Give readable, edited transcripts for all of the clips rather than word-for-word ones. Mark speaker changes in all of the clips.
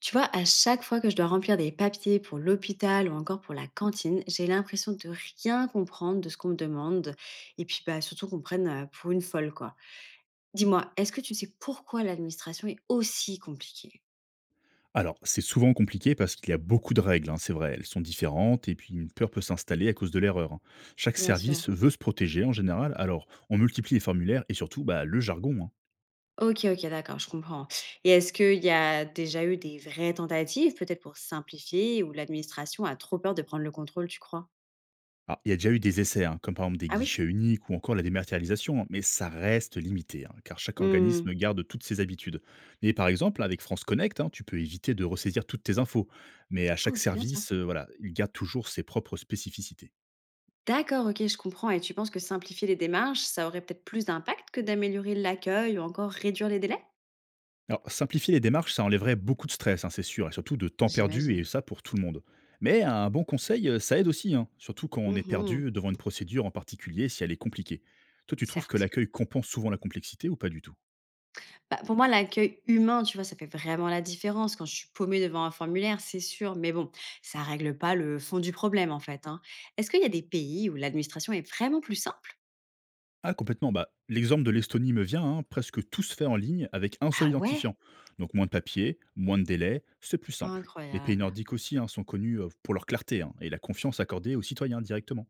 Speaker 1: Tu vois, à chaque fois que je dois remplir des papiers pour l'hôpital ou encore pour la cantine, j'ai l'impression de rien comprendre de ce qu'on me demande et puis bah, surtout qu'on me prenne pour une folle quoi. Dis-moi, est-ce que tu sais pourquoi l'administration est aussi compliquée?
Speaker 2: Alors, c'est souvent compliqué parce qu'il y a beaucoup de règles, hein, c'est vrai. Elles sont différentes et puis une peur peut s'installer à cause de l'erreur, hein. Chaque
Speaker 1: Bien sûr.
Speaker 2: service veut se protéger en général, alors on multiplie les formulaires et surtout bah, le jargon, hein.
Speaker 1: Ok, ok, d'accord, je comprends. Et est-ce qu'il y a déjà eu des vraies tentatives, peut-être pour simplifier, où l'administration a trop peur de prendre le contrôle, tu crois?
Speaker 2: Alors, il y a déjà eu des essais, hein, comme par exemple des
Speaker 1: Ah oui.
Speaker 2: guichets uniques ou encore la dématérialisation, hein, mais ça reste limité, hein, car chaque organisme
Speaker 1: Hmm.
Speaker 2: garde toutes ses habitudes. Mais par exemple, avec France Connect, hein, tu peux éviter de ressaisir toutes tes infos, mais à
Speaker 1: Oh,
Speaker 2: chaque
Speaker 1: c'est bien ça.
Speaker 2: service, voilà, il garde toujours ses propres spécificités.
Speaker 1: D'accord, ok, je comprends. Et tu penses que simplifier les démarches, ça aurait peut-être plus d'impact que d'améliorer l'accueil ou encore réduire les délais?
Speaker 2: Alors, simplifier les démarches, ça enlèverait beaucoup de stress, hein, c'est sûr, et surtout de temps perdu, et
Speaker 1: J'imagine.
Speaker 2: ça pour tout le monde. Mais un bon conseil, ça aide aussi, hein, surtout quand on est
Speaker 1: Mhm.
Speaker 2: perdu devant une procédure en particulier, si elle est compliquée. Toi, tu trouves que
Speaker 1: Certes.
Speaker 2: l'accueil compense souvent la complexité ou pas du tout?
Speaker 1: Bah, pour moi, l'accueil humain, tu vois, ça fait vraiment la différence. Quand je suis paumée devant un formulaire, c'est sûr. Mais bon, ça règle pas le fond du problème, en fait. Hein. Est-ce qu'il y a des pays où l'administration est vraiment plus simple?
Speaker 2: Ah, complètement. Bah, l'exemple de l'Estonie me vient, hein, presque tout se fait en ligne avec un seul
Speaker 1: Ah ouais.
Speaker 2: identifiant. Donc moins de papier, moins de délai, c'est plus simple. Les pays
Speaker 1: Incroyable.
Speaker 2: nordiques aussi hein, sont connus pour leur clarté hein, et la confiance accordée aux citoyens directement.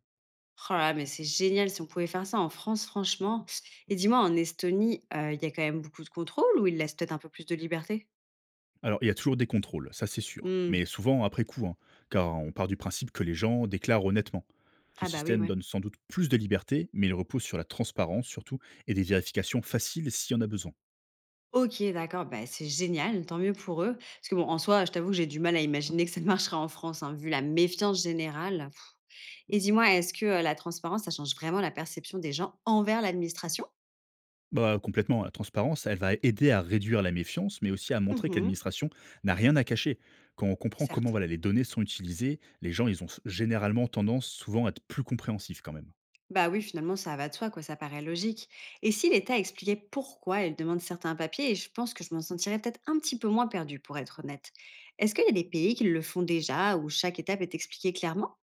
Speaker 1: Oh là là, mais c'est génial si on pouvait faire ça en France, franchement. Et dis-moi, en Estonie, il y a quand même beaucoup de contrôle ou ils laissent peut-être un peu plus de liberté?
Speaker 2: Alors, il y a toujours des contrôles, ça c'est sûr,
Speaker 1: Hmm.
Speaker 2: mais souvent après coup, hein, car on part du principe que les gens déclarent honnêtement. Ce
Speaker 1: Ah bah oui,
Speaker 2: système
Speaker 1: ouais.
Speaker 2: donne sans doute plus de liberté, mais il repose sur la transparence surtout et des vérifications faciles s'il y en a besoin.
Speaker 1: OK, d'accord, bah, c'est génial, tant mieux pour eux. Parce que bon, en soi, je t'avoue que j'ai du mal à imaginer que ça marchera en France, hein, vu la méfiance générale. Pff. Et dis-moi, est-ce que, la transparence, ça change vraiment la perception des gens envers l'administration?
Speaker 2: Bah, complètement, la transparence, elle va aider à réduire la méfiance, mais aussi à montrer que
Speaker 1: Mmh.
Speaker 2: l'administration n'a rien à cacher. Quand on comprend comment
Speaker 1: Certes.
Speaker 2: voilà, les données sont utilisées, les gens, ils ont généralement tendance souvent à être plus compréhensifs quand même.
Speaker 1: Bah oui, finalement, ça va de soi, quoi, ça paraît logique. Et si l'État expliquait pourquoi il demande certains papiers, je pense que je m'en sentirais peut-être un petit peu moins perdue, pour être honnête. Est-ce qu'il y a des pays qui le font déjà, où chaque étape est expliquée clairement?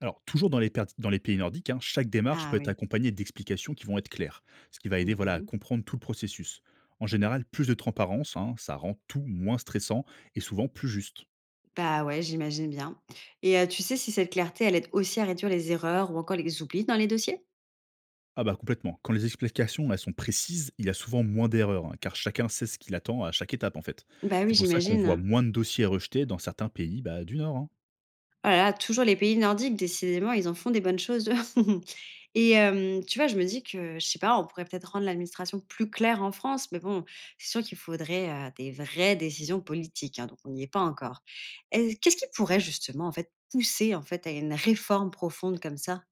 Speaker 2: Alors, toujours dans les, dans les pays nordiques, hein, chaque démarche
Speaker 1: Ah
Speaker 2: peut être
Speaker 1: oui.
Speaker 2: accompagnée d'explications qui vont être claires, ce qui va aider voilà, à
Speaker 1: Mmh.
Speaker 2: comprendre tout le processus. En général, plus de transparence, hein, ça rend tout moins stressant et souvent plus juste.
Speaker 1: Bah, ouais, j'imagine bien. Et tu sais si cette clarté, elle aide aussi à réduire les erreurs ou encore les oublis dans les dossiers?
Speaker 2: Ah bah complètement. Quand les explications elles sont précises, il y a souvent moins d'erreurs, hein, car chacun sait ce qu'il attend à chaque étape en fait.
Speaker 1: Bah, oui,
Speaker 2: C'est pour ça qu'on voit
Speaker 1: j'imagine.
Speaker 2: moins de dossiers rejetés dans certains pays bah, du Nord, hein.
Speaker 1: Oh là là, toujours les pays nordiques, décidément, ils en font des bonnes choses, eux. Et tu vois, je me dis que, je sais pas, on pourrait peut-être rendre l'administration plus claire en France, mais bon, c'est sûr qu'il faudrait, des vraies décisions politiques, hein, donc on n'y est pas encore. Est qu'est-ce qui pourrait justement, en fait, pousser, en fait, à une réforme profonde comme ça?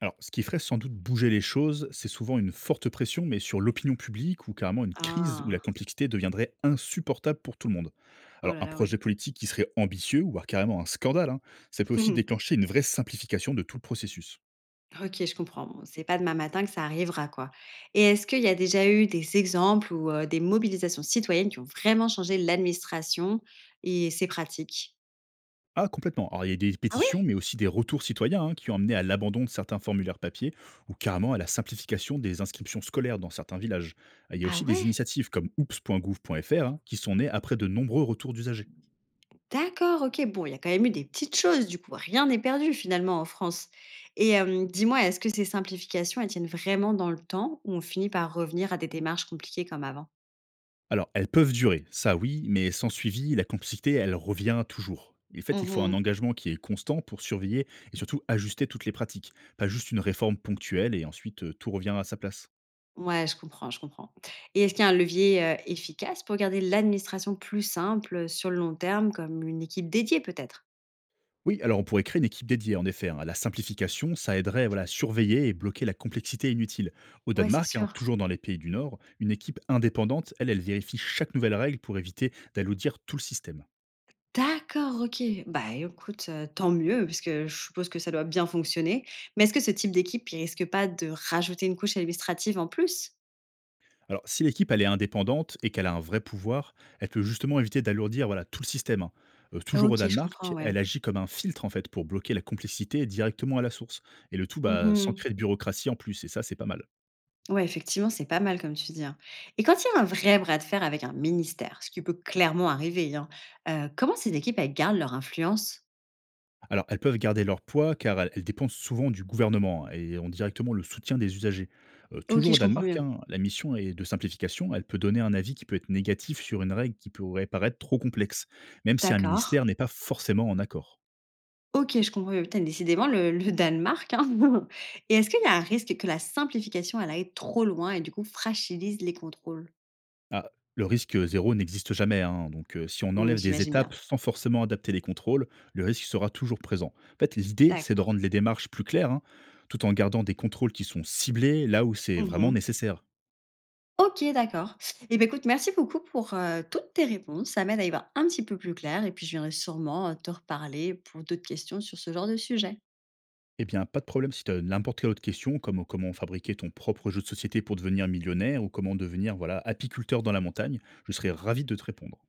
Speaker 2: Alors, ce qui ferait sans doute bouger les choses, c'est souvent une forte pression, mais sur l'opinion publique ou carrément une crise où la
Speaker 1: Ah!
Speaker 2: complexité deviendrait insupportable pour tout le monde.
Speaker 1: Oh
Speaker 2: Alors,
Speaker 1: là
Speaker 2: un
Speaker 1: là, oui.
Speaker 2: projet politique qui serait ambitieux, voire carrément un scandale, hein, ça peut aussi déclencher une vraie simplification de tout le processus.
Speaker 1: OK, je comprends. Bon, c'est pas demain matin que ça arrivera, quoi. Et est-ce qu'il y a déjà eu des exemples ou des mobilisations citoyennes qui ont vraiment changé l'administration et ses pratiques?
Speaker 2: Ah, complètement. Alors, il y a des
Speaker 1: Ah
Speaker 2: pétitions,
Speaker 1: oui?
Speaker 2: mais aussi des retours citoyens hein, qui ont amené à l'abandon de certains formulaires papier ou carrément à la simplification des inscriptions scolaires dans certains villages. Il y a
Speaker 1: Ah
Speaker 2: aussi des
Speaker 1: ouais?
Speaker 2: initiatives comme oops.gouv.fr hein, qui sont nées après de nombreux retours d'usagers.
Speaker 1: D'accord, OK. Bon, il y a quand même eu des petites choses du coup. Rien n'est perdu finalement en France. Et dis-moi, est-ce que ces simplifications, elles tiennent vraiment dans le temps ou on finit par revenir à des démarches compliquées comme avant?
Speaker 2: Alors, elles peuvent durer, ça oui, mais sans suivi, la complexité, elle revient toujours. En fait, il faut un
Speaker 1: Mmh.
Speaker 2: engagement qui est constant pour surveiller et surtout ajuster toutes les pratiques, pas juste une réforme ponctuelle et ensuite tout revient à sa place.
Speaker 1: Ouais, je comprends, je comprends. Et est-ce qu'il y a un levier, efficace pour garder l'administration plus simple, sur le long terme, comme une équipe dédiée peut-être?
Speaker 2: Oui, alors on pourrait créer une équipe dédiée, en effet, hein. La simplification, ça aiderait voilà, à surveiller et bloquer la complexité inutile. Au
Speaker 1: Ouais, c'est
Speaker 2: Danemark, hein,
Speaker 1: sûr.
Speaker 2: toujours dans les pays du Nord, une équipe indépendante, elle, elle vérifie chaque nouvelle règle pour éviter d'alourdir tout le système.
Speaker 1: D'accord, OK. Bah, écoute, tant mieux, parce que je suppose que ça doit bien fonctionner. Mais est-ce que ce type d'équipe, il risque pas de rajouter une couche administrative en plus?
Speaker 2: Alors, si l'équipe elle est indépendante et qu'elle a un vrai pouvoir, elle peut justement éviter d'alourdir voilà, tout le système, hein. Toujours au
Speaker 1: OK, je comprends,
Speaker 2: Danemark,
Speaker 1: ouais.
Speaker 2: elle agit comme un filtre en fait pour bloquer la complexité directement à la source. Et le tout bah, sans créer
Speaker 1: Mmh.
Speaker 2: de bureaucratie en plus, et ça c'est pas mal.
Speaker 1: Ouais, effectivement, c'est pas mal comme tu dis, hein. Et quand il y a un vrai bras de fer avec un ministère, ce qui peut clairement arriver, hein, comment ces équipes, elles gardent leur influence?
Speaker 2: Alors elles peuvent garder leur poids car elles, elles dépendent souvent du gouvernement hein, et ont directement le soutien des usagers.
Speaker 1: OK,
Speaker 2: Toujours au
Speaker 1: je comprends
Speaker 2: Danemark,
Speaker 1: mieux.
Speaker 2: hein, la mission est de simplification, elle peut donner un avis qui peut être négatif sur une règle qui pourrait paraître trop complexe, même si un
Speaker 1: D'accord.
Speaker 2: ministère n'est pas forcément en accord.
Speaker 1: OK, je comprends mieux. Putain, décidément le Danemark, hein. Et est-ce qu'il y a un risque que la simplification, elle aille trop loin et du coup fragilise les contrôles?
Speaker 2: Ah, le risque, zéro n'existe jamais, hein, donc si on
Speaker 1: Mmh,
Speaker 2: enlève des
Speaker 1: j'imagine
Speaker 2: étapes
Speaker 1: bien.
Speaker 2: sans forcément adapter les contrôles, le risque sera toujours présent. En fait, l'idée, c'est de
Speaker 1: D'accord.
Speaker 2: rendre les démarches plus claires, hein, tout en gardant des contrôles qui sont ciblés là où c'est vraiment
Speaker 1: Mmh.
Speaker 2: nécessaire.
Speaker 1: OK, d'accord. Et ben écoute, merci beaucoup pour, toutes tes réponses. Ça m'aide à y voir un petit peu plus clair et puis je viendrai sûrement, te reparler pour d'autres questions sur ce genre de sujet.
Speaker 2: Eh bien, pas de problème si tu as n'importe quelle autre question, comme comment fabriquer ton propre jeu de société pour devenir millionnaire ou comment devenir, voilà, apiculteur dans la montagne, je serais ravi de te répondre.